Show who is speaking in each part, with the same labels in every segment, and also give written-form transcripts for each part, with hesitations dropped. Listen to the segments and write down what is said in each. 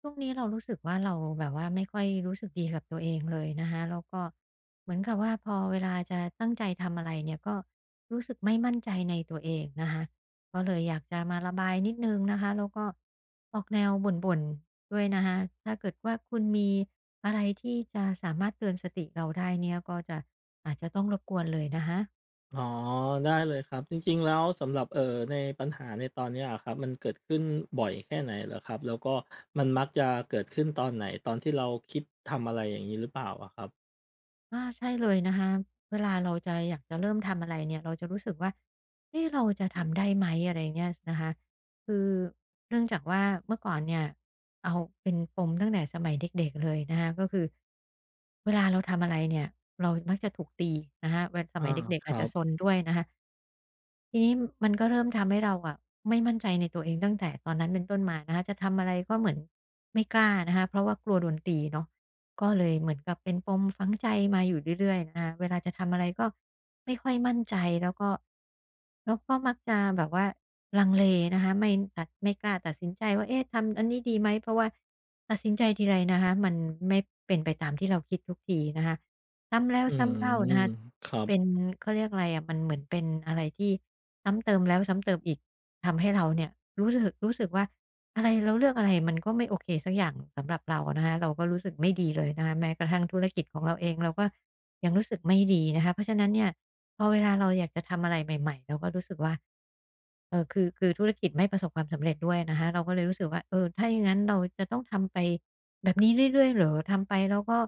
Speaker 1: ช่วงนี้เรารู้สึกว่าเราแบบว่าไม่ค่อยรู้สึกดีกับตัวเองเลยนะคะแล้วก็เหมือนกับว่าพอเวลาจะตั้งใจทำอะไรเนี่ยก็รู้สึกไม่มั่นใจในตัวเองนะคะก็เลยอยากจะมาระบายนิดนึงนะคะแล้วก็ออกแนวบ่นๆด้วยนะคะถ้าเกิดว่าคุณมีอะไรที่จะสามารถเตือนสติเราได้เนี่ยก็จะอาจจะต้องรบกวนเลยนะคะ
Speaker 2: อ๋อได้เลยครับจริงๆแล้วสำหรับในปัญหาในตอนเนี้ยอะครับมันเกิดขึ้นบ่อยแค่ไหนเหรอครับแล้วก็มันมักจะเกิดขึ้นตอนไหนตอนที่เราคิดทำอะไรอย่างงี้หรือเปล่าอะครับ
Speaker 1: อาใช่เลยนะคะเวลาเราจะอยากจะเริ่มทำอะไรเนี่ยเราจะรู้สึกว่าเอ๊ะเราจะทำได้ไหมอะไรเงี้ยนะคะคือเนื่องจากว่าเมื่อก่อนเนี่ยเอาเป็นปมตั้งแต่สมัยเด็กๆเลยนะคะก็คือเวลาเราทำอะไรเนี่ยเรามักจะถูกตีนะคะเวส
Speaker 2: อา
Speaker 1: มัยเด็กๆ
Speaker 2: ค
Speaker 1: อาจ
Speaker 2: รั
Speaker 1: จะ
Speaker 2: บ
Speaker 1: ซนด้วยนะคะ ทีนี้มันก็เริ่มทำให้เราอะไม่มั่นใจในตัวเองตั้งแต่ตอนนั้นเป็นต้นมานะคะจะทำอะไรก็เหมือนไม่กล้านะคะเพราะว่ากลัวโดนตีเนาะก็เลยเหมือนกับเป็นปมฝังใจมาอยู่เรื่อยๆนะคะเวลาจะทำอะไรก็ไม่ค่อยมั่นใจแล้วก็แล้วก็มักจะแบบว่าลังเลนะคะไม่กล้าตัดสินใจว่าเอ๊ะทำอันนี้ดีไหมเพราะว่าตัดสินใจทีไรนะคะมันไม่เป็นไปตามที่เราคิดทุกทีนะคะ ซ้ำแล้ว
Speaker 2: อื
Speaker 1: ซ้ำ
Speaker 2: ม
Speaker 1: เล่านะคะ
Speaker 2: ครับ
Speaker 1: เป็นเขาเรียกอะไรอะมันเหมือนเป็นอะไรที่ซ้ำเติมแล้วซ้ำเติมอีก ทำให้เราเนี่ยรู้สึกว่า อะไรเราเลือกอะไรมันก็ไม่โอเคสักอย่างสำหรับเรานะคะเราก็รู้สึกไม่ดีเลยนะคะแม้กระทั่งธุรกิจของเราเองเราก็ยังรู้สึกไม่ดีนะคะเพราะฉะนั้นเนี่ยพอเวลาเราอยากจะทำอะไรใหม่ๆเราก็รู้สึกว่าเออคือธุรกิจไม่ประสบความสำเร็จด้วยนะคะเราก็เลยรู้สึกว่าเออถ้าอย่างงั้นเราจะต้องทำไปแบบนี้เรื่อยๆเหรอทำไปแล้วก็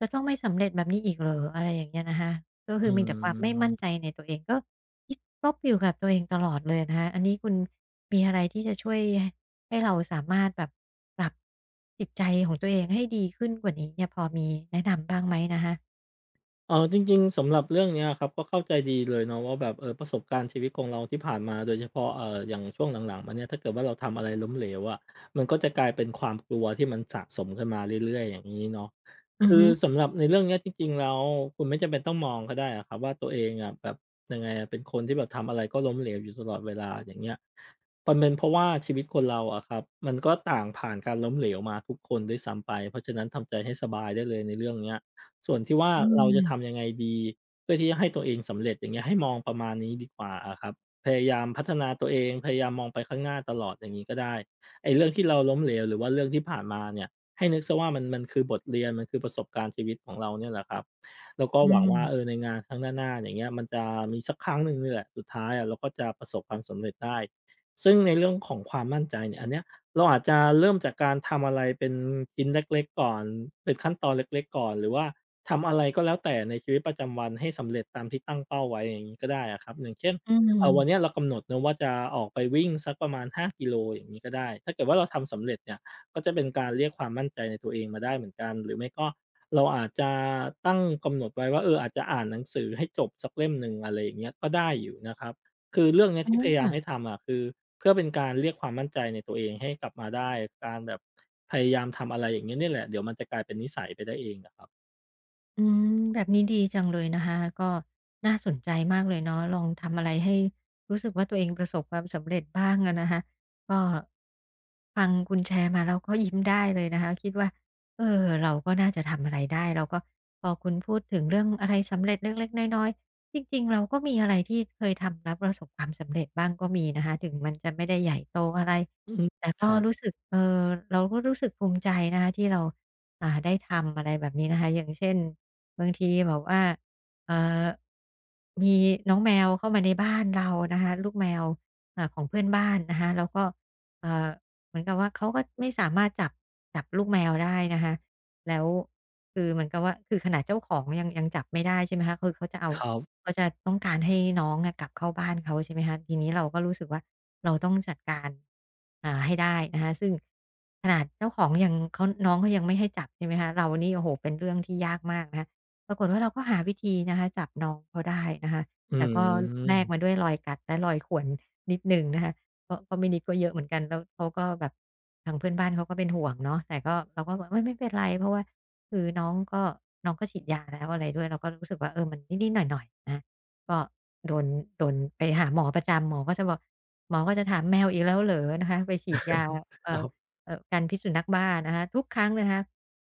Speaker 1: จะต้องไม่สำเร็จแบบนี้อีกเหรออะไรอย่างเงี้ยนะคะก็
Speaker 2: อื
Speaker 1: คือมีแต่ความไม่มั่นใจ
Speaker 2: ม
Speaker 1: ในตัวเองก็ คิดลบอยู่กับตัวเองตลอดเลยนะคะอันนี้คุณมีอะไรที่จะช่วยให้เราสามารถแบบปรับจิตใจของตัวเองให้ดีขึ้นกว่านี้เนี่ยพอมีแนะนำบ้างไหมนะคะ
Speaker 2: เอ๋อจริงๆสำหรับเรื่องเนี้ยครับก็เข้าใจดีเลยเนาะว่าแบบประสบการณ์ชีวิตของเราที่ผ่านมาโดยเฉพาะอย่างช่วงหลังๆมาเนี่ยถ้าเกิดว่าเราทำอะไรล้มเหลวอะมันก็จะกลายเป็นความกลัวที่มันสะสมขึ้นมาเรื่อยๆอย่างนี้เนาะ
Speaker 1: อือ
Speaker 2: คือ
Speaker 1: ฮึ
Speaker 2: สำหรับในเรื่องเนี้ยจริงๆแล้วคุณไม่จำเป็นต้องมองก็ได้อะครับว่าตัวเองอะแบบยังไงอะเป็นคนที่แบบทำอะไรก็ล้มเหลวอยู่ตลอดเวลาอย่างเงี้ยมันเป็นเพราะว่าชีวิตคนเราอะครับมันก็ต่างผ่านการล้มเหลวมาทุกคนด้วยซ้ำไปเพราะฉะนั้นทำใจให้สบายได้เลยในเรื่องเนี้ย ส่วนที่ว่า
Speaker 1: อื
Speaker 2: เราจะทำ
Speaker 1: ม
Speaker 2: ยังไงดีเพื่อที่จะให้ตัวเองสำเร็จอย่างเงี้ยให้มองประมาณนี้ดีกว่าอะครับพยายามพัฒนาตัวเองพยายามมองไปข้างหน้าตลอดอย่างงี้ก็ได้ไอ้เรื่องที่เราล้มเหลวหรือว่าเรื่องที่ผ่านมาเนี่ยให้นึกเสียว่ามันคือบทเรียนมันคือประสบการณ์ชีวิตของเราเนี่ยแหละครับแล้วก็
Speaker 1: อื
Speaker 2: หวังว่า
Speaker 1: ม
Speaker 2: ในงานครั้งหน้าๆอย่างเงี้ยมันจะมีสักครั้งหนึ่งนี่แหละสุดท้ายอะเราก็จะประสบความสำเร็จได้ซึ่งในเรื่องของความมั่นใจเนี่ยอันเนี้ยเราอาจจะเริ่มจากการทำอะไรเป็นชิ้นเล็กๆก่อนเป็นขั้นตอนเล็กๆก่อนหรือว่า ทำอะไรก็แล้วแต่ในชีวิตประจำวันให้สำเร็จตามที่ตั้งเป้าไว้อย่างงี้ก็ได้อะครับอย่างเช่น
Speaker 1: อื
Speaker 2: วันเนี้ย
Speaker 1: ม
Speaker 2: เรากำหนดเนาะว่าจะออกไปวิ่งสักประมาณ5 กิโลอย่างงี้ก็ได้ ถ้าเกิดว่าเราทำสำเร็จเนี่ยก็จะเป็นการเรียกความมั่นใจในตัวเองมาได้เหมือนกัน หรือไม่ก็เราอาจจะตั้งกำหนดไว้ว่าอาจจะอ่านหนังสือให้จบสักเล่มหนึ่งอะไรอย่างเงี้ยก็ได้อยู่นะครับคือเรื่องเนี้ย
Speaker 1: อ
Speaker 2: ที่พยายาม
Speaker 1: า
Speaker 2: ให้ทำอะคือเพื่อเป็นการเรียกความมั่นใจในตัวเองให้กลับมาได้การแบบพยายามทำอะไรอย่างเงี้ยเนี่ยแหละเดี๋ยวมันจะกลายเป็นนิสัยไปได้เองอะครับ
Speaker 1: อืมแบบนี้ดีจังเลยนะคะก็น่าสนใจมากเลยเนาะลองทำอะไรให้รู้สึกว่าตัวเองประสบความสำเร็จบ้างอะนะคะก็ฟังคุณแชร์มาแล้วก็ยิ้มได้เลยนะคะคิดว่าเออเราก็น่าจะทำอะไรได้แล้วก็พอคุณพูดถึงเรื่องอะไรสำเร็จเล็กๆน้อยๆจริงๆเราก็มีอะไรที่เคยทำแล้วประสบความสำเร็จบ้างก็มีนะคะถึงมันจะไม่ได้ใหญ่โตอะไร
Speaker 2: อือฮึ
Speaker 1: แต่
Speaker 2: ค
Speaker 1: ก็
Speaker 2: รับ
Speaker 1: รู้สึกเออเราก็รู้สึกภูมิใจนะคะที่เราได้ทำอะไรแบบนี้นะคะอย่างเช่นบางทีแบบว่าเอ่อมีน้องแมวเข้ามาในบ้านเรานะคะลูกแมวของเพื่อนบ้านนะคะแล้วก็เอ่อเหมือนกับว่าเขาก็ไม่สามารถจับลูกแมวได้นะคะ แล้วคือเหมือนกับว่าคือขนาดเจ้าของยังจับไม่ได้ใช่ไหมคะคือ
Speaker 2: ครับ
Speaker 1: เขาจะต้องการให้น้องเนี่ยกลับเข้าบ้านเขาใช่ไหมคะทีนี้เราก็รู้สึกว่าเราต้องจัดการให้ได้นะคะซึ่งขนาดเจ้าของยังเขาน้องเขายังไม่ให้จับใช่ไหมคะเรานี่โอ้โฮเป็นเรื่องที่ยากมากนะคะปรากฏว่าเราก็หาวิธีนะคะจับน้องเขาได้นะคะ
Speaker 2: อื
Speaker 1: แต่ก็แลกมาด้
Speaker 2: ม
Speaker 1: วยรอยกัดและรอยข่วนนิดหนึ่งนะคะ ก็ไม่นิดก็เยอะเหมือนกันแล้วเขาก็แบบทางเพื่อนบ้านเขาก็เป็นห่วงเนาะแต่ก็เราก็บอกเฮ้ยไม่เป็นไรเพราะว่าคือน้องก็ฉีดยาแล้วอะไรด้วยเราก็รู้สึกว่าเออมันนิดๆหน่อยๆนะก็โดนโดนไปหาหมอประจำหมอก็จะถามแมวอีกแล้วเหรอนะคะไปฉีดยาเอ่
Speaker 2: ค
Speaker 1: อ
Speaker 2: รับ
Speaker 1: กันพิษสุนัขบ้านะคะทุกครั้งนะคะ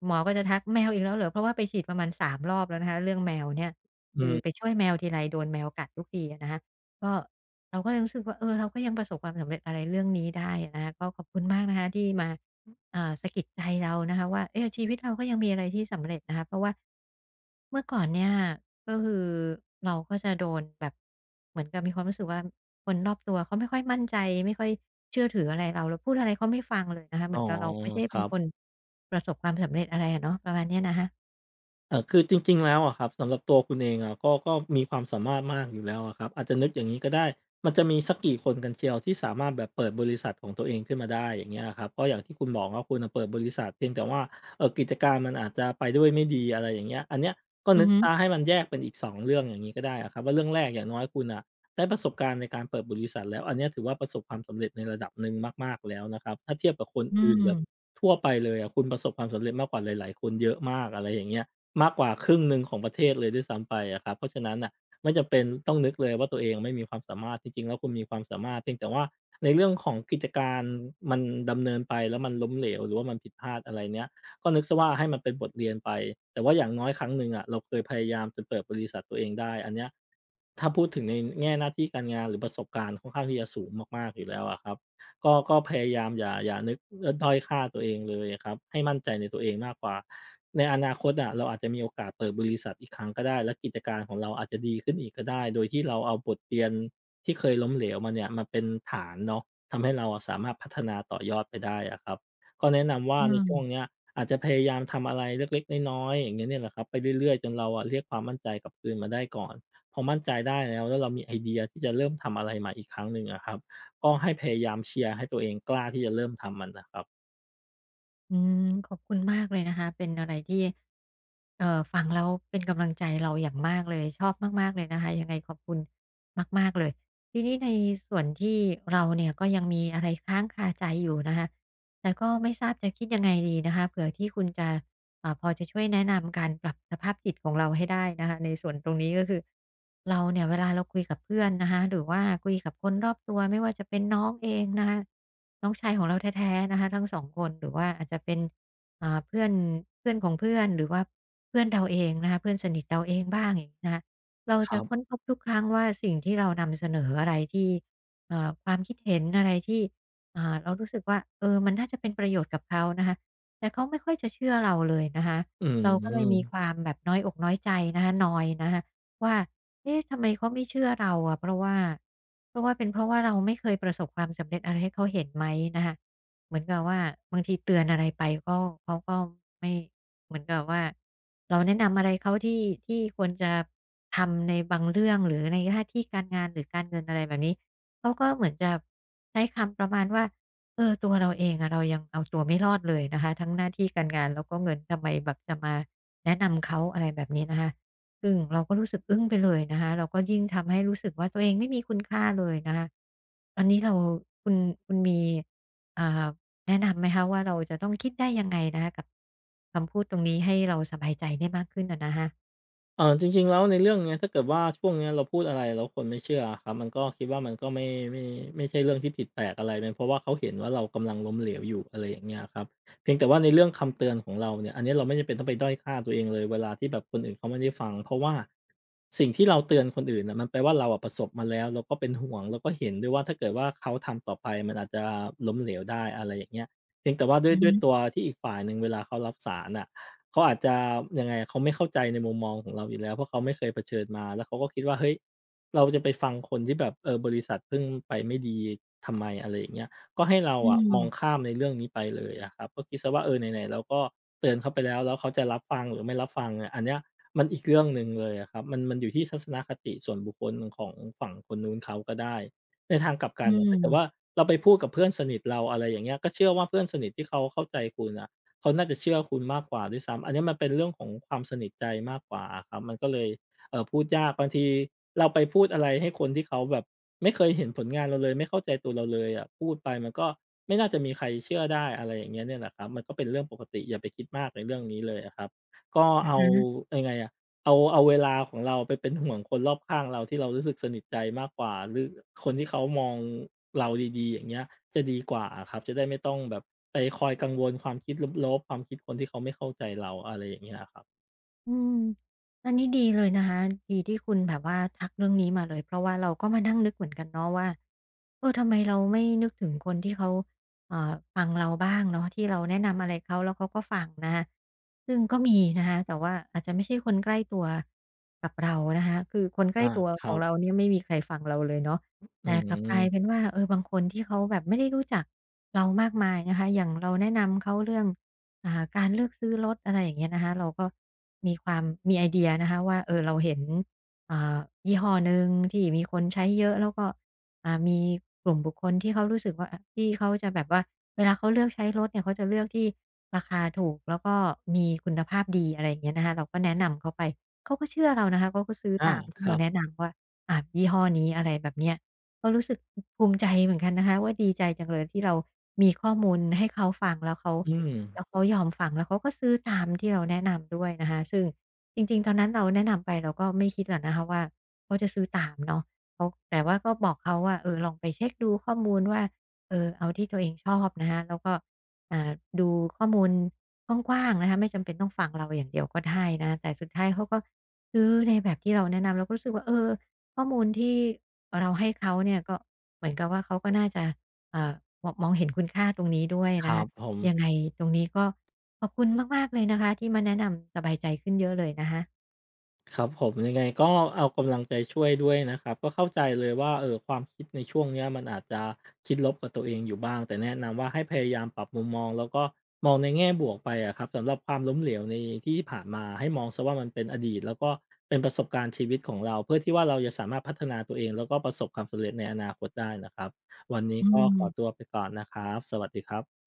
Speaker 1: หมอก็จะทักแมวอีกแล้วเหรอเพราะว่าไปฉีดประมาณ3 รอบแล้วนะคะเรื่องแมวเนี่ย
Speaker 2: อื
Speaker 1: คือไป
Speaker 2: ม
Speaker 1: ช่วยแมวทีไรโดนแมวกัดทุกทีอะนะคะก็ เราก็เลยรู้สึกว่าเออเราก็ยังประสบความสำเร็จอะไรเรื่องนี้ได้นะคะก็ขอบคุณมากนะคะที่มาสะกิดใจเรานะคะว่าเออชีวิตเราก็ยังมีอะไรที่สำเร็จนะคะเพราะว่าเมื่อก่อนเนี่ยก็คือเราก็จะโดนแบบเหมือนกับมีความรู้สึกว่าคนรอบตัวเขาไม่ค่อยมั่นใจไม่ค่อยเชื่อถืออะไรเราพูดอะไรเขาไม่ฟังเลยนะคะเห
Speaker 2: อ๋
Speaker 1: มื
Speaker 2: อ
Speaker 1: อนกับเราไม่ใช่
Speaker 2: ค
Speaker 1: เป็น
Speaker 2: รับ
Speaker 1: คนประสบความสำเร็จอะไรอะเนาะประมาณเนี้ยนะคะ
Speaker 2: คือจริงๆแล้วอะครับสำหรับตัวคุณเองอะก็มีความสามารถมากอยู่แล้วอะครับอาจจะนึกอย่างงี้ก็ได้มันจะมีสักกี่คนกันเชียวที่สามารถแบบเปิดบริษัทของตัวเองขึ้นมาได้อย่างเงี้ยอะครับก็อย่างที่คุณบอกว่าคุณน่ะเปิดบริษัทเพียงแต่ว่ากิจการมันอาจจะไปด้วยไม่ดีอะไรอย่างเงี้ยอันเนี้ยก็
Speaker 1: อื
Speaker 2: นึ
Speaker 1: อ
Speaker 2: ก
Speaker 1: ฮึ
Speaker 2: เสียให้มันแยกเป็นอีกสองเรื่องอย่างงี้ก็ได้อะครับว่าเรื่องแรกอย่างน้อยคุณน่ะได้ประสบการณ์ในการเปิดบริษัทแล้วอันเนี้ยถือว่าประสบความสำเร็จในระดับหนึ่งมากๆแล้วนะครับถ้าเทียบกับคน
Speaker 1: อื
Speaker 2: อื่นแบบ
Speaker 1: ม
Speaker 2: ทั่วไปเลยอะคุณประสบความสำเร็จมากกว่าหลายๆคนเยอะมากอะไรอย่างเงี้ย มากกว่าครึ่งหนึ่งของประเทศเลยด้วยซ้ำไปอะครับเพราะฉะนั้นน่ะไม่จำเป็นต้องนึกเลยว่าตัวเองไม่มีความสามารถจริงๆแล้วคุณมีความสามารถเพียงแต่ว่าในเรื่องของกิจการมันดำเนินไปแล้วมันล้มเหลวหรือว่ามันผิดพลาดอะไรเนี้ยก็นึกเสียว่าให้มันเป็นบทเรียนไปแต่ว่าอย่างน้อยครั้งหนึ่งอะเราเคยพยายามจนเปิดบริษัทตัวเองได้อันเนี้ยถ้าพูดถึงในแง่หน้าที่การงานหรือประสบการณ์ค่อนข้างที่จะสูงมากๆอยู่แล้วอะครับ ก็พยายามอย่านึกด้อยค่าตัวเองเลยครับให้มั่นใจในตัวเองมากกว่าในอนาคตอ่ะเราอาจจะมีโอกาสเปิดบริษัทอีกครั้งก็ได้และกิจการของเราอาจจะดีขึ้นอีกก็ได้โดยที่เราเอาบทเรียนที่เคยล้มเหลวมาเนี่ยมาเป็นฐานเนาะทำให้เราอะสามารถพัฒนาต่อยอดไปได้อะครับก็แนะนำว่า
Speaker 1: อื
Speaker 2: ใน
Speaker 1: ม
Speaker 2: ช่วงเนี้ยอาจจะพยายามทำอะไรเล็กๆน้อยๆอย่างเงี้ยเนี่ยแหละครับไปเรื่อยๆจนเราอะเรียกความมั่นใจกลับคืนมาได้ก่อนพอมั่นใจได้แล้วแล้วเรามีไอเดียที่จะเริ่มทำอะไรใหม่อีกครั้งหนึ่งอะครับ ก็ให้พยายามเชียร์ให้ตัวเองกล้าที่จะเริ่มทำมันนะครับ
Speaker 1: อืมขอบคุณมากเลยนะคะเป็นอะไรที่ฟังแล้วเป็นกำลังใจเราอย่างมากเลยชอบมากๆเลยนะคะยังไงขอบคุณมากๆเลยทีนี้ในส่วนที่เราเนี่ยก็ยังมีอะไรค้างคาใจอยู่นะคะแต่ก็ไม่ทราบจะคิดยังไงดีนะคะเผื่อที่คุณจะพอจะช่วยแนะนำการปรับสภาพจิตของเราให้ได้นะคะในส่วนตรงนี้ก็คือ เราเนี่ยเวลาเราคุยกับเพื่อนนะคะหรือว่าคุยกับคนรอบตัวไม่ว่าจะเป็นน้องเองนะคะน้องชายของเราแท้ๆนะคะทั้งสองคนหรือว่าอาจจะเป็นเพื่อนเพื่อนของเพื่อนหรือว่าเพื่อนเราเองนะคะเพื่อนสนิทเราเองบ้างอย่างนี้นะคะเรา
Speaker 2: ค
Speaker 1: จะ
Speaker 2: รั
Speaker 1: ค้น
Speaker 2: บ
Speaker 1: พบทุกครั้งว่าสิ่งที่เรานำเสนออะไรที่ความคิดเห็นอะไรที่เรารู้สึกว่าเออมันน่าจะเป็นประโยชน์กับเขานะคะแต่เขาไม่ค่อยจะเชื่อเราเลยนะคะ
Speaker 2: อื
Speaker 1: เราก็เลยมีค
Speaker 2: ม
Speaker 1: วามแบบน้อยอกน้อยใจนะคะนอยนะคะ ว่าเอ๊ะทำไมเขาไม่เชื่อเราอะเพราะว่าเป็นเพราะว่าเราไม่เคยประสบความสำเร็จอะไรให้เขาเห็นไหมนะคะเหมือนกับว่าบางทีเตือนอะไรไปก็เขาก็ไม่เหมือนกับว่าเราแนะนำอะไรเขาที่ควรจะทำในบางเรื่องหรือในหน้าที่การงานหรือการเงินอะไรแบบนี้เขาก็เหมือนจะใช้คำประมาณว่าเออตัวเราเองอะเรายังเอาตัวไม่รอดเลยนะคะทั้งหน้าที่การงานแล้วก็เงินทำไมแบบจะมาแนะนำเขาอะไรแบบนี้นะคะ ซึ่งเราก็รู้สึกอึ้งไปเลยนะคะเราก็ยิ่งทำให้รู้สึกว่าตัวเองไม่มีคุณค่าเลยนะคะอันนี้เราคุณมีอ่าแนะนำไหมคะว่าเราจะต้องคิดได้ยังไงนะคะกับคำพูดตรงนี้ให้เราสบายใจได้มากขึ้นอะนะคะ
Speaker 2: จริงๆแล้วในเรื่องเนี้ยถ้าเกิดว่าช่วงเนี้ยเราพูดอะไรแล้วคนไม่เชื่อครับมันก็คิดว่ามันก็ไม่ไม่ใช่เรื่องที่ผิดแปลกอะไรเป็นเพราะว่าเขาเห็นว่าเรากำลังล้มเหลวอยู่อะไรอย่างเงี้ยครับเพียงแต่ว่าในเรื่องคำเตือนของเราเนี่ยอันนี้เราไม่จำเป็นต้องไปด้อยค่าตัวเองเลยเวลาที่แบบคนอื่นเขาไม่ได้ฟังเพราะว่าสิ่งที่เราเตือนคนอื่นน่ะมันแปลว่าเราอะประสบมาแล้วเราก็เป็นห่วงเราก็เห็นด้วยว่าถ้าเกิดว่าเขาทำต่อไปมันอาจจะล้มเหลวได้อะไรอย่างเงี้ยเพียงแต่ว่าด้ว
Speaker 1: อื
Speaker 2: ยด้วย
Speaker 1: ม
Speaker 2: ตัวที่อีกฝ่ายหนึ่งเวลาเขารับสารน่ะ เขาอาจจะยังไงอะเขาไม่เข้าใจในมุมมองของเราอยู่แล้วเพราะเขาไม่เคยเผชิญมาแล้วเขาก็คิดว่าเฮ้ยเราจะไปฟังคนที่แบบบริษัทเพิ่งไปไม่ดีทำไมอะไรอย่างเงี้ยก็ให้เรา
Speaker 1: อื
Speaker 2: อะมอง
Speaker 1: ม
Speaker 2: ข้ามในเรื่องนี้ไปเลยอะครับก็คิดเสียว่าไหนๆเราก็เตือนเขาไปแล้วแล้วเขาจะรับฟังหรือไม่รับฟังเนี่ยอันเนี้ยมันอีกเรื่องหนึ่งเลยอะครับมันอยู่ที่ทัศนคติส่วนบุคคลของฝั่งคนนู้นเขาก็ได้ในทางกลับกั
Speaker 1: อื
Speaker 2: นน่ะถ้าเกิดว่า
Speaker 1: ม
Speaker 2: เราไปพูดกับเพื่อนสนิทเราอะไรอย่างเงี้ยก็เชื่อว่าเพื่อนสนิทที่เขาเข้าใจคุณอะ เขาน่าจะเชื่อคุณมากกว่าด้วยซ้ำ อันนี้มันเป็นเรื่องของความสนิทใจมากกว่าอะครับ มันก็เลยพูดยากบางทีเราไปพูดอะไรให้คนที่เขาแบบไม่เคยเห็นผลงานเราเลยไม่เข้าใจตัวเราเลยอะพูดไปมันก็ไม่น่าจะมีใครเชื่อได้อะไรอย่างเงี้ยเนี่ยแหละครับมันก็เป็นเรื่องปกติอย่าไปคิดมากในเรื่องนี้เลยอะครับก็
Speaker 1: อะ
Speaker 2: เอา
Speaker 1: ฮะ
Speaker 2: ยังไงอะ เอาเวลาของเราไปเป็นห่วงคนรอบข้างเราที่เรารู้สึกสนิทใจมากกว่าหรือคนที่เขามองเราดีๆอย่างเงี้ยจะดีกว่าอะครับจะได้ไม่ต้องแบบไปคอยกังวลความคิดลบๆความคิดคนที่เขาไม่เข้าใจเราอะไรอย่างเงี้ยอะครับ
Speaker 1: อืมอันนี้ดีเลยนะคะดีที่คุณแบบว่าทักเรื่องนี้มาเลยเพราะว่าเราก็มานั่งนึกเหมือนกันเนาะว่าเออทำไมเราไม่นึกถึงคนที่เขาเอ่อฟังเราบ้างเนาะที่เราแนะนำอะไรเขาแล้วเขาก็ฟังนะคะซึ่งก็มีนะคะแต่ว่าอาจจะไม่ใช่คนใกล้ตัวกับเรานะคะคือคนใกล้
Speaker 2: อา
Speaker 1: ตัว
Speaker 2: ค
Speaker 1: ข
Speaker 2: รั
Speaker 1: องเรา
Speaker 2: บ
Speaker 1: เนี่ยไม่มีใครฟังเราเลยเนาะ
Speaker 2: อื
Speaker 1: แต่กลับกลายเป็น
Speaker 2: ม
Speaker 1: ว่าเออบางคนที่เขาแบบไม่ได้รู้จักเรามากมายนะคะอย่างเราแนะนำเขาเรื่อง การเลือกซื้อรถอะไรอย่างเงี้ยนะคะเราก็มีความมีไอเดียนะคะว่าเออเราเห็นอ่ายี่ห้อหนึ่งที่มีคนใช้เยอะแล้วก็มีกลุ่มบุคคลที่เขารู้สึกว่าที่เขาจะแบบว่าเวลาเขาเลือกใช้รถเนี่ยเขาจะเลือกที่ราคาถูกแล้วก็มีคุณภาพดีอะไรอย่างเงี้ยนะคะเราก็แนะนำเขาไปเขาก็เชื่อเรานะคะเขาก็ซื้อ
Speaker 2: อา
Speaker 1: ตามที่
Speaker 2: ค
Speaker 1: เรา
Speaker 2: รับ
Speaker 1: แนะนำว่ายี่ห้อนี้อะไรแบบเนี้ยก็รู้สึกภูมิใจเหมือนกันนะคะว่าดีใจจังเลยที่เรามีข้อมูลให้เขาฟังแล้วเขา
Speaker 2: อืม
Speaker 1: แล้วเขายอมฟังแล้วเขาก็ซื้อตามที่เราแนะนำด้วยนะคะซึ่งจริงๆตอนนั้นเราแนะนำไปเราก็ไม่คิดหรอกนะคะว่าเขาจะซื้อตามเนาะเขาแต่ว่าก็บอกเขาว่าเออลองไปเช็กดูข้อมูลว่าเออเอาที่ตัวเองชอบนะคะแล้วก็อ่าดูข้อมูลกว้างๆนะคะไม่จำเป็นต้องฟังเราอย่างเดียวก็ได้นะแต่สุดท้ายเขาก็ซื้อในแบบที่เราแนะนำเราก็รู้สึกว่าเออข้อมูลที่เราให้เขาเนี่ยก็เหมือนกับว่าเขาก็น่าจะอ่ามองเห็นคุณค่าตรงนี้ด้วย
Speaker 2: ค
Speaker 1: นะ
Speaker 2: รั
Speaker 1: คะ
Speaker 2: บผม
Speaker 1: ยังไงตรงนี้ก็ขอบคุณมากๆเลยนะคะที่มาแนะนำสบายใจขึ้นเยอะเลยนะคะ
Speaker 2: ครับผมยังไงก็เอากำลังใจช่วยด้วยนะครับก็เข้าใจเลยว่าความคิดในช่วงเนี้ยมันอาจจะคิดลบกับตัวเองอยู่บ้างแต่แนะนำว่าให้พยายามปรับมุมมองแล้วก็มองในแง่บวกไปอะครับสำหรับความล้มเหลวในที่ผ่านมาให้มองซะว่ามันเป็นอดีตแล้วก็เป็นประสบการณ์ชีวิตของเราเพื่อที่ว่าเราจะสามารถพัฒนาตัวเองแล้วก็ประสบความสำเร็จในอนาคตได้นะครับวันนี้
Speaker 1: อื
Speaker 2: ก็ข
Speaker 1: ม
Speaker 2: อตัวไปก่อนนะครับสวัสดีครับ